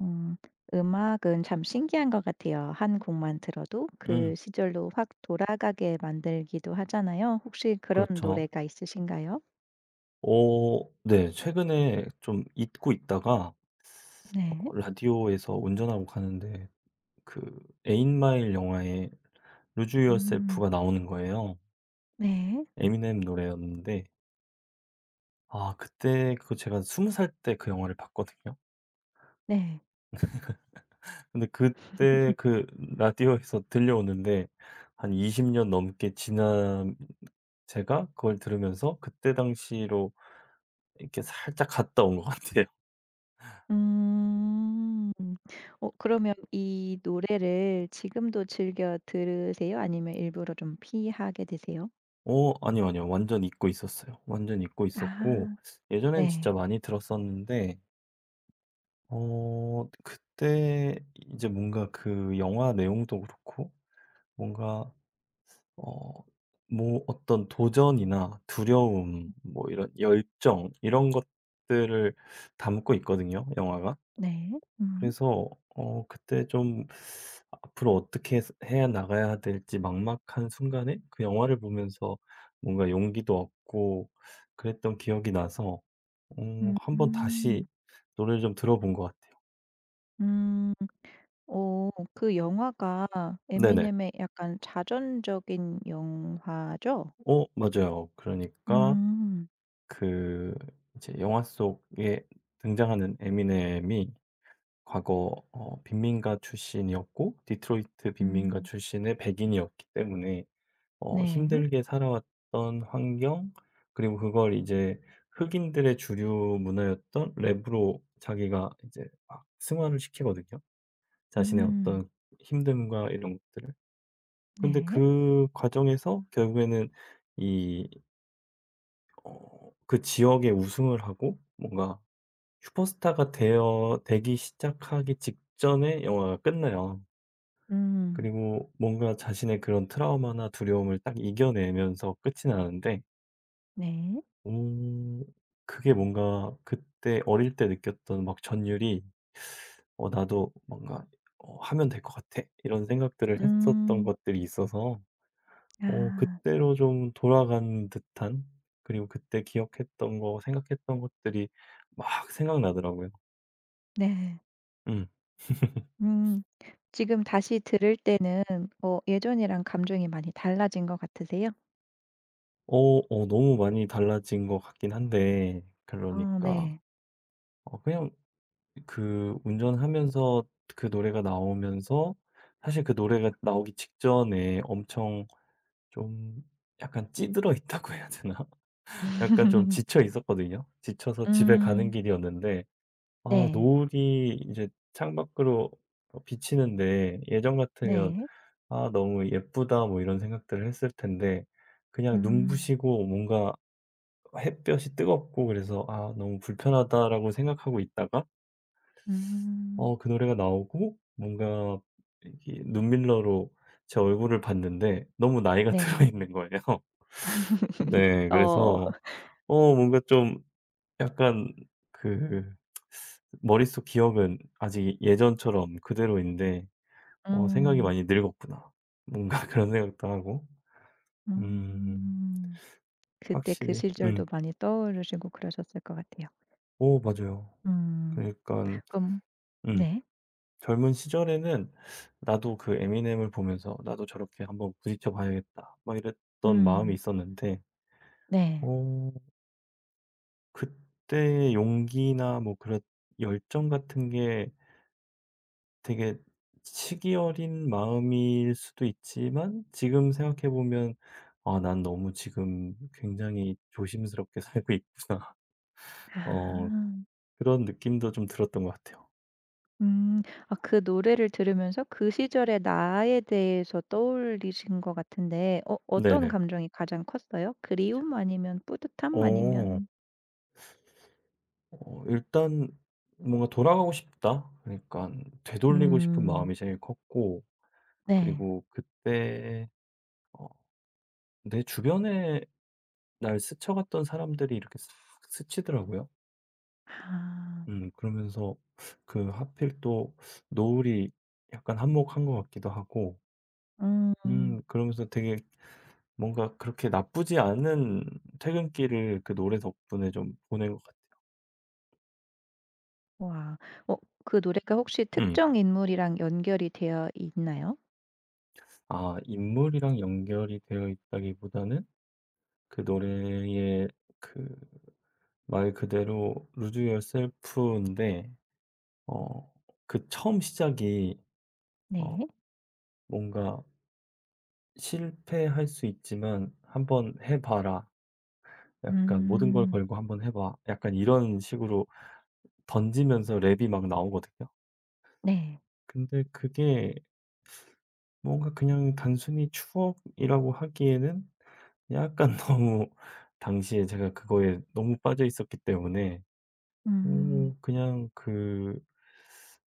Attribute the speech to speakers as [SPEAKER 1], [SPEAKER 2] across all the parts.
[SPEAKER 1] 음. 음악은 참 신기한 것 같아요. 한 곡만 들어도 그
[SPEAKER 2] 음
[SPEAKER 1] 시절로 확 돌아가게 만들기도 하잖아요. 혹시 그런
[SPEAKER 2] 그렇죠.
[SPEAKER 1] 노래가 있으신가요?
[SPEAKER 2] 어 네. 최근에 좀 잊고 있다가
[SPEAKER 1] 네.
[SPEAKER 2] 라디오에서 운전하고 가는데 그 에잇마일 영화에 루즈 유어셀프
[SPEAKER 1] 음.
[SPEAKER 2] 가 나오는 거예요.
[SPEAKER 1] 네.
[SPEAKER 2] 에미넴 노래였는데 아 그때 제가 20살 때 그 영화를 봤거든요.
[SPEAKER 1] 네.
[SPEAKER 2] 근데 그때 라디오에서 들려오는데 한 20년 넘게 지난 제가 그걸 들으면서 그때 당시로 이렇게 살짝 갔다 온 것 같아요.
[SPEAKER 1] 음. 그러면 이 노래를 지금도 즐겨 들으세요? 아니면 일부러 좀 피하게 되세요?
[SPEAKER 2] 아니요, 아니요. 완전 잊고 있었어요. 완전 잊고 있었고
[SPEAKER 1] 아.
[SPEAKER 2] 예전엔
[SPEAKER 1] 네.
[SPEAKER 2] 진짜 많이 들었었는데 그때 이제 뭔가 그 영화 내용도 그렇고 뭔가 어 뭐 어떤 도전이나 두려움 뭐 이런 열정 이런 것들을 담고 있거든요, 영화가.
[SPEAKER 1] 네. 음.
[SPEAKER 2] 그래서 그때 좀 앞으로 어떻게 해서 해 나가야 될지 막막한 순간에 그 영화를 보면서 뭔가 용기도 얻고 그랬던 기억이 나서
[SPEAKER 1] 음.
[SPEAKER 2] 한번
[SPEAKER 1] 음.
[SPEAKER 2] 다시 노래를 좀 들어본 것 같아요.
[SPEAKER 1] 음. 어 그 영화가
[SPEAKER 2] 네네.
[SPEAKER 1] 에미넴의 약간 자전적인 영화죠?
[SPEAKER 2] 어 맞아요. 그러니까
[SPEAKER 1] 음.
[SPEAKER 2] 그 이제 영화 속에 등장하는 에미넴이 과거 빈민가 출신이었고 디트로이트 빈민가
[SPEAKER 1] 음.
[SPEAKER 2] 출신의 백인이었기 때문에
[SPEAKER 1] 네.
[SPEAKER 2] 힘들게 살아왔던 환경 그리고 그걸 이제 흑인들의 주류 문화였던 랩으로 자기가 이제 막 승화를 시키거든요, 자신의
[SPEAKER 1] 음.
[SPEAKER 2] 어떤 힘듦과 이런 것들을. 근데
[SPEAKER 1] 네.
[SPEAKER 2] 그 과정에서 결국에는 이 어 그 지역에 우승을 하고 뭔가 슈퍼스타가 되어 되기 시작하기 직전에 영화가 끝나요.
[SPEAKER 1] 음.
[SPEAKER 2] 그리고 뭔가 자신의 그런 트라우마나 두려움을 딱 이겨내면서 끝이 나는데
[SPEAKER 1] 네.
[SPEAKER 2] 음. 그게 뭔가 그때 어릴 때 느꼈던 막 전율이 나도 뭔가 하면 될 것 같아.' 이런 생각들을 했었던
[SPEAKER 1] 음.
[SPEAKER 2] 것들이 있어서
[SPEAKER 1] 아
[SPEAKER 2] 그때로 좀 돌아간 듯한 그리고 그때 기억했던 거 생각했던 것들이 막 생각나더라고요.
[SPEAKER 1] 네.
[SPEAKER 2] 음.
[SPEAKER 1] 음. 지금 다시 들을 때는 예전이랑 감정이 많이 달라진 것 같으세요?
[SPEAKER 2] 너무 많이 달라진 것 같긴 한데
[SPEAKER 1] 아
[SPEAKER 2] 그러니까
[SPEAKER 1] 네.
[SPEAKER 2] 그냥 그 운전하면서 그 노래가 나오면서 사실 그 노래가 나오기 직전에 엄청 좀 약간 찌들어 있다고 해야 되나? 약간 좀 지쳐 있었거든요. 지쳐서 집에 가는
[SPEAKER 1] 음.
[SPEAKER 2] 길이었는데 아
[SPEAKER 1] 네.
[SPEAKER 2] 노을이 이제 창밖으로 비치는데 예전 같으면
[SPEAKER 1] 네.
[SPEAKER 2] '아 너무 예쁘다.' 뭐 이런 생각들을 했을 텐데 그냥
[SPEAKER 1] 음.
[SPEAKER 2] 눈부시고 뭔가 햇볕이 뜨겁고 그래서 '아 너무 불편하다.'라고 생각하고 있다가
[SPEAKER 1] 음.
[SPEAKER 2] 그 노래가 나오고 뭔가 이게 눈밀러로 제 얼굴을 봤는데 너무 나이가 들어
[SPEAKER 1] 네.
[SPEAKER 2] 있는 거예요. 네.
[SPEAKER 1] 어.
[SPEAKER 2] 그래서 뭔가 좀 약간 그 머릿속 기억은 아직 예전처럼 그대로인데 '생각이
[SPEAKER 1] 음.
[SPEAKER 2] 많이 늙었구나.' 뭔가 그런 생각도 하고. 음.
[SPEAKER 1] 음. 그때 그
[SPEAKER 2] 확실히
[SPEAKER 1] 시절도 많이 떠오르시고 그러셨을 것 같아요.
[SPEAKER 2] 오 맞아요. 그러
[SPEAKER 1] 음.
[SPEAKER 2] 니까
[SPEAKER 1] 그럼
[SPEAKER 2] 음.
[SPEAKER 1] 네.
[SPEAKER 2] 젊은 시절에는 나도 그 에미넴을 보면서 '나도 저렇게 한번 부딪혀 봐야겠다.' 막 이랬던 마음이
[SPEAKER 1] 음.
[SPEAKER 2] 있었는데
[SPEAKER 1] 네.
[SPEAKER 2] 어 그때의 용기나 뭐 그런 열정 같은 게 되게 시기 어린 마음일 수도 있지만 지금 생각해 보면 '아 난 너무 지금 굉장히 조심스럽게 살고 있구나.'
[SPEAKER 1] 아.
[SPEAKER 2] 어 그런 느낌도 좀 들었던 것 같아요.
[SPEAKER 1] 음. 아 그 노래를 들으면서 그 시절의 나에 대해서 떠올리신 것 같은데 어떤
[SPEAKER 2] 네네.
[SPEAKER 1] 감정이 가장 컸어요? 그리움 아니면 뿌듯함
[SPEAKER 2] 어.
[SPEAKER 1] 아니면
[SPEAKER 2] 일단 뭔가 '돌아가고 싶다.' 그러니까 되돌리고 싶은
[SPEAKER 1] 음.
[SPEAKER 2] 마음이 제일 컸고
[SPEAKER 1] 네.
[SPEAKER 2] 그리고 그때 어 내 주변에 날 스쳐갔던 사람들이 이렇게 싹 스치더라고요.
[SPEAKER 1] 아.
[SPEAKER 2] 그러면서 그 하필 또 노을이 약간 한몫한 것 같기도 하고
[SPEAKER 1] 음.
[SPEAKER 2] 그러면서 되게 뭔가 그렇게 나쁘지 않은 퇴근길을 그 노래 덕분에 좀 보낸 것 같아요.
[SPEAKER 1] 와. 어 그 노래가 혹시
[SPEAKER 2] 음.
[SPEAKER 1] 특정 인물이랑 연결이 되어 있나요?
[SPEAKER 2] 아 인물이랑 연결이 되어 있다기보다는 그 노래의 그 말 그대로 루즈 s e Yourself인데 어 그 처음 시작이 어
[SPEAKER 1] 네.
[SPEAKER 2] 뭔가 "실패할 수 있지만 한번 해 봐라." 약간 "모든 걸
[SPEAKER 1] 음.
[SPEAKER 2] 걸고 한번 해 봐." 약간 이런 식으로 던지면서 랩이 막 나오거든요.
[SPEAKER 1] 네.
[SPEAKER 2] 근데 그게 뭔가 그냥 단순히 추억이라고 하기에는 약간 너무 당시에 제가 그거에 너무 빠져 있었기 때문에
[SPEAKER 1] 음.
[SPEAKER 2] 그냥 그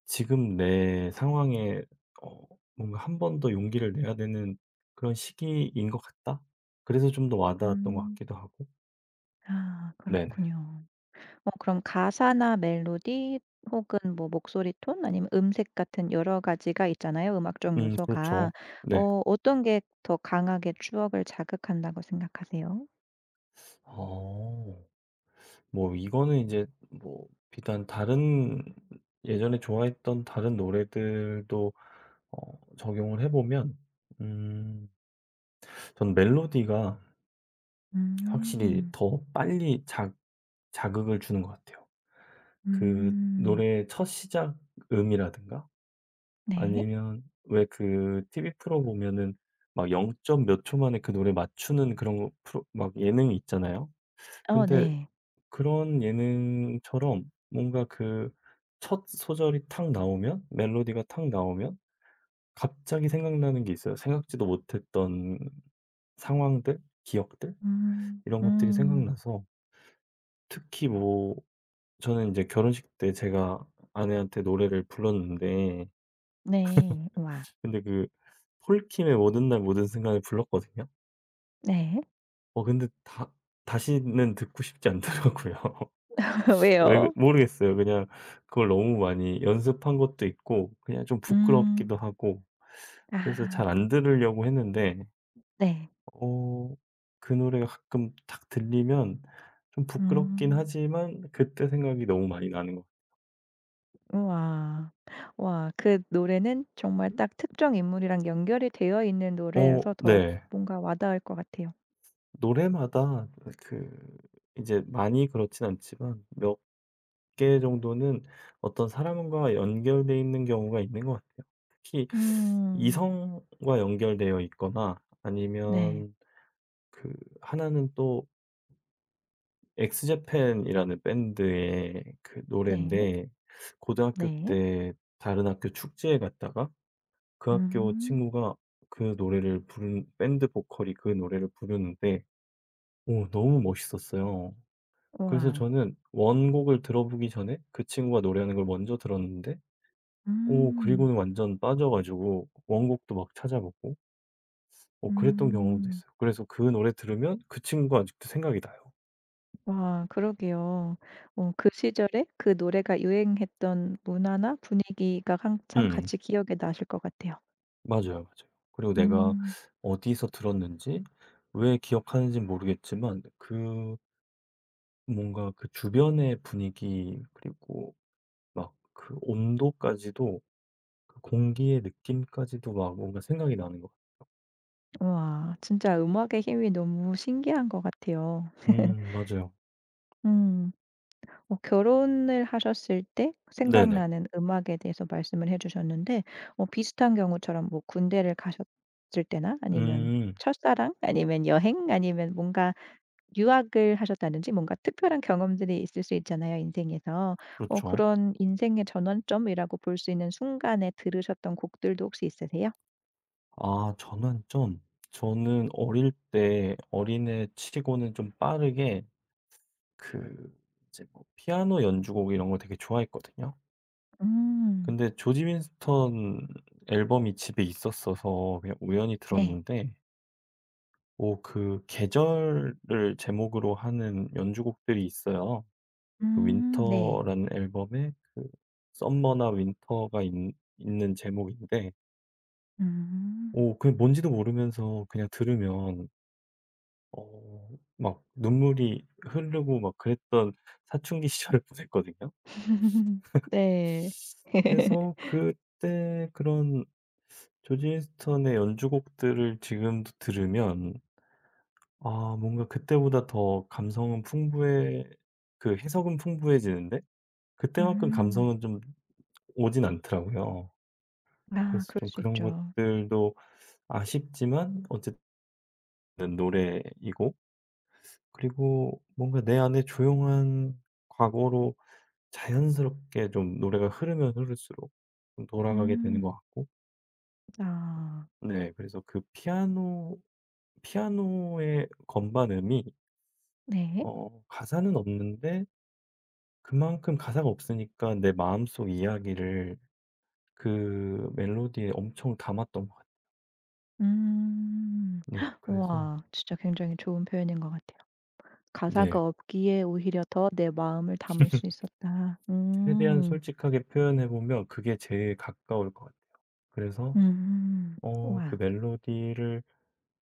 [SPEAKER 2] 지금 내 상황에 어 뭔가 '한 번 더 용기를 내야 되는 그런 시기인 것 같다.' 그래서 좀 더 와 닿았던 것
[SPEAKER 1] 음.
[SPEAKER 2] 같기도 하고.
[SPEAKER 1] 아
[SPEAKER 2] 네네.
[SPEAKER 1] 그렇군요. 그럼 가사나 멜로디 혹은 뭐 목소리 톤 아니면 음색 같은 여러 가지가 있잖아요, 음악적
[SPEAKER 2] 그렇죠.
[SPEAKER 1] 요소가.
[SPEAKER 2] 네.
[SPEAKER 1] 어떤 게 더 강하게 추억을 자극한다고 생각하세요?
[SPEAKER 2] 어. 뭐 이거는 이제 뭐 비단 다른 예전에 좋아했던 다른 노래들도 적용을 해 보면 음 전 멜로디가 확실히
[SPEAKER 1] 음.
[SPEAKER 2] 더 빨리 자 자극을 주는 것 같아요. 그
[SPEAKER 1] 음.
[SPEAKER 2] 노래의 첫 시작 음이라든가
[SPEAKER 1] 네.
[SPEAKER 2] 아니면 왜 그 TV 프로 보면은 막 0. 몇 초 만에 그 노래 맞추는 그런 거 프로 막 예능이 있잖아요.
[SPEAKER 1] 어
[SPEAKER 2] 근데
[SPEAKER 1] 네.
[SPEAKER 2] 그런 예능처럼 뭔가 그 첫 소절이 탁 나오면 멜로디가 탁 나오면 갑자기 생각나는 게 있어요. 생각지도 못했던 상황들, 기억들
[SPEAKER 1] 음.
[SPEAKER 2] 이런 것들이
[SPEAKER 1] 음.
[SPEAKER 2] 생각나서 특히 뭐 저는 이제 결혼식 때 제가 아내한테 노래를 불렀는데
[SPEAKER 1] 네. 와.
[SPEAKER 2] 근데 그 폴킴의 모든 날 모든 순간을 불렀거든요.
[SPEAKER 1] 네.
[SPEAKER 2] 근데 다 다시는 듣고 싶지 않더라고요. 왜
[SPEAKER 1] 왜요?
[SPEAKER 2] 모르겠어요. 그냥 그걸 너무 많이 연습한 것도 있고 그냥 좀 부끄럽기도
[SPEAKER 1] 음.
[SPEAKER 2] 하고 그래서
[SPEAKER 1] 아.
[SPEAKER 2] 잘 안 들으려고 했는데
[SPEAKER 1] 네.
[SPEAKER 2] 어 그 노래가 가끔 딱 들리면 좀 부끄럽긴
[SPEAKER 1] 음.
[SPEAKER 2] 하지만 그때 생각이 너무 많이 나는 거.
[SPEAKER 1] 우와. 와 그 노래는 정말 딱 특정 인물이랑 연결이 되어 있는
[SPEAKER 2] 어
[SPEAKER 1] 노래여서 더
[SPEAKER 2] 네.
[SPEAKER 1] 뭔가 와닿을 것 같아요.
[SPEAKER 2] 노래마다 그 이제 많이 그렇진 않지만 몇 개 정도는 어떤 사람과 연결돼 있는 경우가 있는 것 같아요. 특히
[SPEAKER 1] 음.
[SPEAKER 2] 이성과 연결되어 있거나
[SPEAKER 1] 네.
[SPEAKER 2] 아니면 그 하나는 또 엑스제팬이라는 밴드의 그
[SPEAKER 1] 네.
[SPEAKER 2] 노래인데 고등학교
[SPEAKER 1] 네.
[SPEAKER 2] 때 다른 학교 축제에 갔다가 그 학교
[SPEAKER 1] 음.
[SPEAKER 2] 친구가 그 노래를 부른 밴드 보컬이 그 노래를 부르는데 오, 너무 멋있었어요. 그래서
[SPEAKER 1] 우와.
[SPEAKER 2] 저는 원곡을 들어보기 전에 그 친구가 노래하는 걸 먼저 들었는데 오
[SPEAKER 1] 음.
[SPEAKER 2] 그리고는 완전 빠져 가지고 원곡도 막 찾아보고 오 그랬던 경험도
[SPEAKER 1] 음.
[SPEAKER 2] 있어요. 그래서 그 노래 들으면 그 친구가 아직도 생각이 나요.
[SPEAKER 1] 와 그러게요. 그 시절에 그 노래가 유행했던 문화나 분위기가 항상
[SPEAKER 2] 음.
[SPEAKER 1] 같이 기억에 나실 것 같아요.
[SPEAKER 2] 맞아요, 맞아요. 그리고 내가
[SPEAKER 1] 음.
[SPEAKER 2] 어디서 들었는지 왜 기억하는지 모르겠지만 뭔가 그 주변의 분위기 그리고 막 그 온도까지도 그 공기의 느낌까지도 막 뭔가 생각이 나는 것
[SPEAKER 1] 우와 진짜 음악의 힘이 너무 신기한 것
[SPEAKER 2] 같아요.
[SPEAKER 1] 같아요.
[SPEAKER 2] 맞아요.
[SPEAKER 1] 음. 결혼을 하셨을 때
[SPEAKER 2] 네네.
[SPEAKER 1] 생각나는 음악에 대해서 말씀을 해 주셨는데 비슷한 경우처럼 뭐 군대를 가셨을 때나 아니면
[SPEAKER 2] 음
[SPEAKER 1] 첫사랑 아니면 여행 아니면 뭔가 유학을 하셨다든지 뭔가 특별한 경험들이 있을 수 있잖아요, 인생에서.
[SPEAKER 2] 그렇죠.
[SPEAKER 1] 그런 인생의 전환점이라고 볼 수 있는 순간에 들으셨던 곡들도 혹시 있으세요?
[SPEAKER 2] 아 저는 좀 저는 어릴 때 어린애 치고는 좀 빠르게 그 이제 뭐 피아노 연주곡 이런 걸 되게 좋아했거든요.
[SPEAKER 1] 음.
[SPEAKER 2] 근데 조지 윈스턴 앨범이 집에 있었어서 그냥 우연히
[SPEAKER 1] 네.
[SPEAKER 2] 들었는데 오 그 계절을 제목으로 하는 연주곡들이 있어요. 그
[SPEAKER 1] 네.
[SPEAKER 2] 윈터라는 앨범에 그 썸머나 윈터가 있 있는 제목인데
[SPEAKER 1] 음.
[SPEAKER 2] 오 그게 뭔지도 모르면서 그냥 들으면 어 막 눈물이 흐르고 막 그랬던 사춘기 시절을 보냈거든요.
[SPEAKER 1] 네.
[SPEAKER 2] 그래서 그때 그런 조지 휴스턴의 연주곡들을 지금도 들으면 아 뭔가 그때보다 더 감성은 풍부해 그 해석은 풍부해지는데 그때만큼
[SPEAKER 1] 음.
[SPEAKER 2] 감성은 좀 오진 않더라고요.
[SPEAKER 1] 아
[SPEAKER 2] 그래서
[SPEAKER 1] 그럴
[SPEAKER 2] 좀
[SPEAKER 1] 수
[SPEAKER 2] 그런
[SPEAKER 1] 있죠.
[SPEAKER 2] 것들도 아쉽지만 어쨌든 노래이고 그리고 뭔가 내 안에 조용한 과거로 자연스럽게 좀 노래가 흐르면 흐를수록 좀 돌아가게 되는 것
[SPEAKER 1] 음.
[SPEAKER 2] 같고
[SPEAKER 1] 아.
[SPEAKER 2] 네 그래서 그 피아노의 건반음이
[SPEAKER 1] 네.
[SPEAKER 2] 가사는 없는데 그만큼 가사가 없으니까 내 마음속 이야기를 그 멜로디에 엄청 담았던 것 같아요.
[SPEAKER 1] 음.
[SPEAKER 2] 네
[SPEAKER 1] 헉,
[SPEAKER 2] 그래서
[SPEAKER 1] 우와. 진짜 굉장히 좋은 표현인 것 같아요. 가사가
[SPEAKER 2] 네
[SPEAKER 1] 없기에 오히려 더 내 마음을 담을 수 있었다.
[SPEAKER 2] 최대한
[SPEAKER 1] 음.
[SPEAKER 2] 솔직하게 표현해 보면 그게 제일 가까울 것 같아요. 그래서
[SPEAKER 1] 음.
[SPEAKER 2] 그
[SPEAKER 1] 우와.
[SPEAKER 2] 멜로디를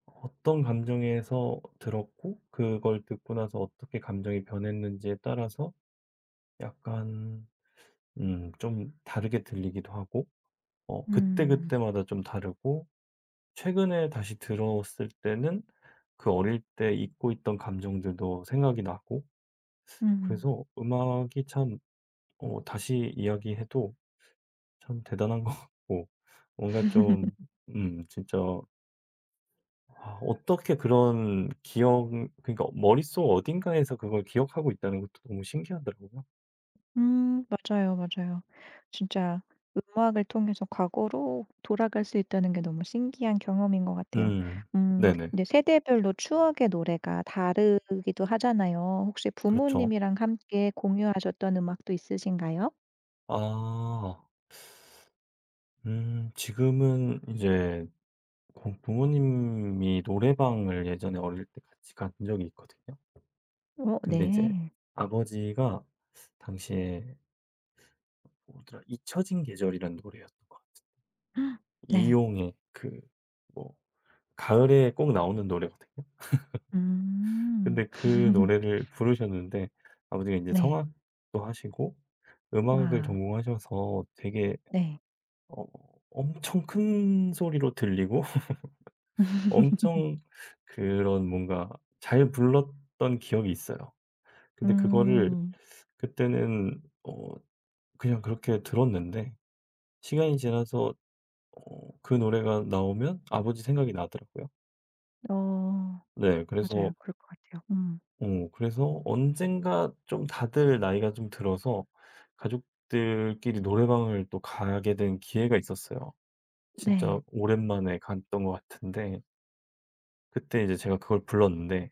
[SPEAKER 2] 어떤 감정에서 들었고 그걸 듣고 나서 어떻게 감정이 변했는지에 따라서 약간 좀 다르게 들리기도 하고
[SPEAKER 1] 음.
[SPEAKER 2] 그때그때마다 좀 다르고 최근에 다시 들었을 때는 그 어릴 때 잊고 있던 감정들도 생각이 나고
[SPEAKER 1] 음.
[SPEAKER 2] 그래서 음악이 참 다시 이야기해도 참 대단한 것 같고 뭔가 좀 진짜 아 어떻게 그런 기억 그러니까 머릿속 어딘가에서 그걸 기억하고 있다는 것도 너무 신기하더라고요.
[SPEAKER 1] 맞아요, 맞아요. 진짜 음악을 통해서 과거로 돌아갈 수 있다는 게 너무 신기한 경험인 것 같아요.
[SPEAKER 2] 음. 네네.
[SPEAKER 1] 근데 세대별로 추억의 노래가 다르기도 하잖아요. 혹시
[SPEAKER 2] 그렇죠.
[SPEAKER 1] 부모님이랑 함께 공유하셨던 음악도 있으신가요?
[SPEAKER 2] 아. 지금은 이제 고 부모님이 노래방을 예전에 어릴 때 같이 간 적이 있거든요.
[SPEAKER 1] 어
[SPEAKER 2] 근데 이제
[SPEAKER 1] 네.
[SPEAKER 2] 아버지가 당시에 뭐더라 잊혀진 계절이라는 노래였던 것 같은데
[SPEAKER 1] 헉, 네.
[SPEAKER 2] 이용의 뭐 가을에 꼭 나오는 노래거든요.
[SPEAKER 1] 음.
[SPEAKER 2] 근데 그 노래를 부르셨는데 아버지가 인제
[SPEAKER 1] 네.
[SPEAKER 2] 성악도 하시고 음악을
[SPEAKER 1] 와.
[SPEAKER 2] 전공하셔서 되게
[SPEAKER 1] 네.
[SPEAKER 2] 어 엄청 큰 소리로 들리고 엄청 그런 뭔가 잘 불렀던 기억이 있어요. 근데 그거를
[SPEAKER 1] 음.
[SPEAKER 2] 그때는 그냥 그렇게 들었는데 시간이 지나서 그 노래가 나오면 아버지 생각이 나더라고요.
[SPEAKER 1] 어
[SPEAKER 2] 네. 그래서
[SPEAKER 1] 맞아요. 그럴 것 같아요.
[SPEAKER 2] 그래서 언젠가 좀 다들 나이가 좀 들어서 가족들끼리 노래방을 또 가게 된 기회가 있었어요. 진짜
[SPEAKER 1] 네.
[SPEAKER 2] 오랜만에 갔던 것 같은데 그때 이제 제가 그걸 불렀는데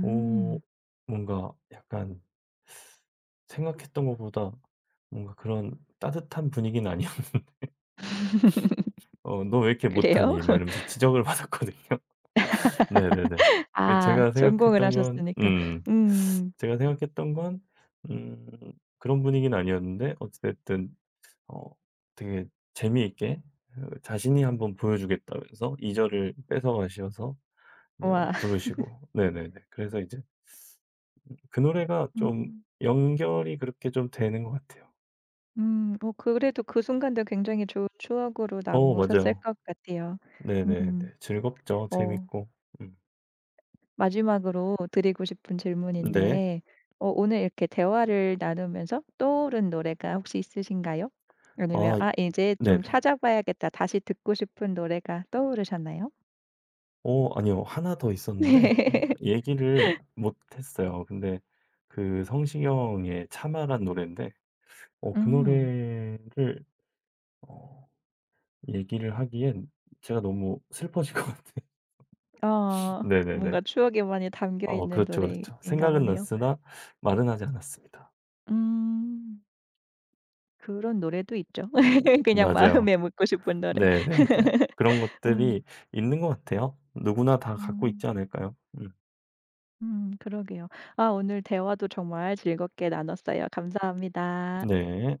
[SPEAKER 2] 어 뭔가 약간 생각했던 것보다 뭔가 그런 따뜻한 분위기는 아니었 "어 너 왜 이렇게
[SPEAKER 1] 그래요?
[SPEAKER 2] 못하니?" 막 이러면서 지적을 받았거든요. 네네네. 그
[SPEAKER 1] 아
[SPEAKER 2] 제가
[SPEAKER 1] 전공을
[SPEAKER 2] 생각했던 건
[SPEAKER 1] 하셨으니까. 음.
[SPEAKER 2] 제가 생각했던 건 음 그런 분위기는 아니었는데 어찌 됐든 어 되게 재미있게 자신이 한번 보여주겠다면서 2 절을 뺏어가셔서 이제 막
[SPEAKER 1] 와
[SPEAKER 2] 부르시고 네네네. 그래서 이제 그 노래가 좀
[SPEAKER 1] 음.
[SPEAKER 2] 연결이 그렇게 좀 되는 것 같아요.
[SPEAKER 1] 음. 그래도 그 순간도 굉장히 좋은 추억으로
[SPEAKER 2] 어
[SPEAKER 1] 남으셨을
[SPEAKER 2] 맞아요.
[SPEAKER 1] 것 같아요.
[SPEAKER 2] 네네네.
[SPEAKER 1] 음.
[SPEAKER 2] 즐겁죠.
[SPEAKER 1] 어
[SPEAKER 2] 재밌고. 음.
[SPEAKER 1] 마지막으로 드리고 싶은
[SPEAKER 2] 네.
[SPEAKER 1] 질문인데 오늘 이렇게 대화를 나누면서 떠오른 노래가 혹시 있으신가요? 아니면
[SPEAKER 2] 아
[SPEAKER 1] '아 이제 좀
[SPEAKER 2] 네네.
[SPEAKER 1] 찾아봐야겠다.' 다시 듣고 싶은 노래가 떠오르셨나요?
[SPEAKER 2] 아니요. 하나 더 있었는데
[SPEAKER 1] 네.
[SPEAKER 2] 얘기를 못 했어요. 근데 그 성시경의 '참아.'란 노래인데 그
[SPEAKER 1] 음.
[SPEAKER 2] 노래를 어 얘기를 하기엔 제가 너무 슬퍼질 것 같아요.
[SPEAKER 1] 어.
[SPEAKER 2] 네네네.
[SPEAKER 1] 뭔가 추억에 많이 담겨
[SPEAKER 2] 어
[SPEAKER 1] 있는
[SPEAKER 2] 그렇죠, 그렇죠.
[SPEAKER 1] 노래인가
[SPEAKER 2] 생각은
[SPEAKER 1] 보네요.
[SPEAKER 2] 났으나 말은 하지 않았습니다.
[SPEAKER 1] 음. 그런 노래도 있죠. 그냥
[SPEAKER 2] 맞아요.
[SPEAKER 1] 마음에 묻고 싶은 노래.
[SPEAKER 2] 네네네. 그런
[SPEAKER 1] 음.
[SPEAKER 2] 것들이 있는 것 같아요. 누구나 다 갖고 있지
[SPEAKER 1] 음.
[SPEAKER 2] 않을까요? 음.
[SPEAKER 1] 음. 그러게요. 아 오늘 대화도 정말 즐겁게 나눴어요. 감사합니다.
[SPEAKER 2] 네.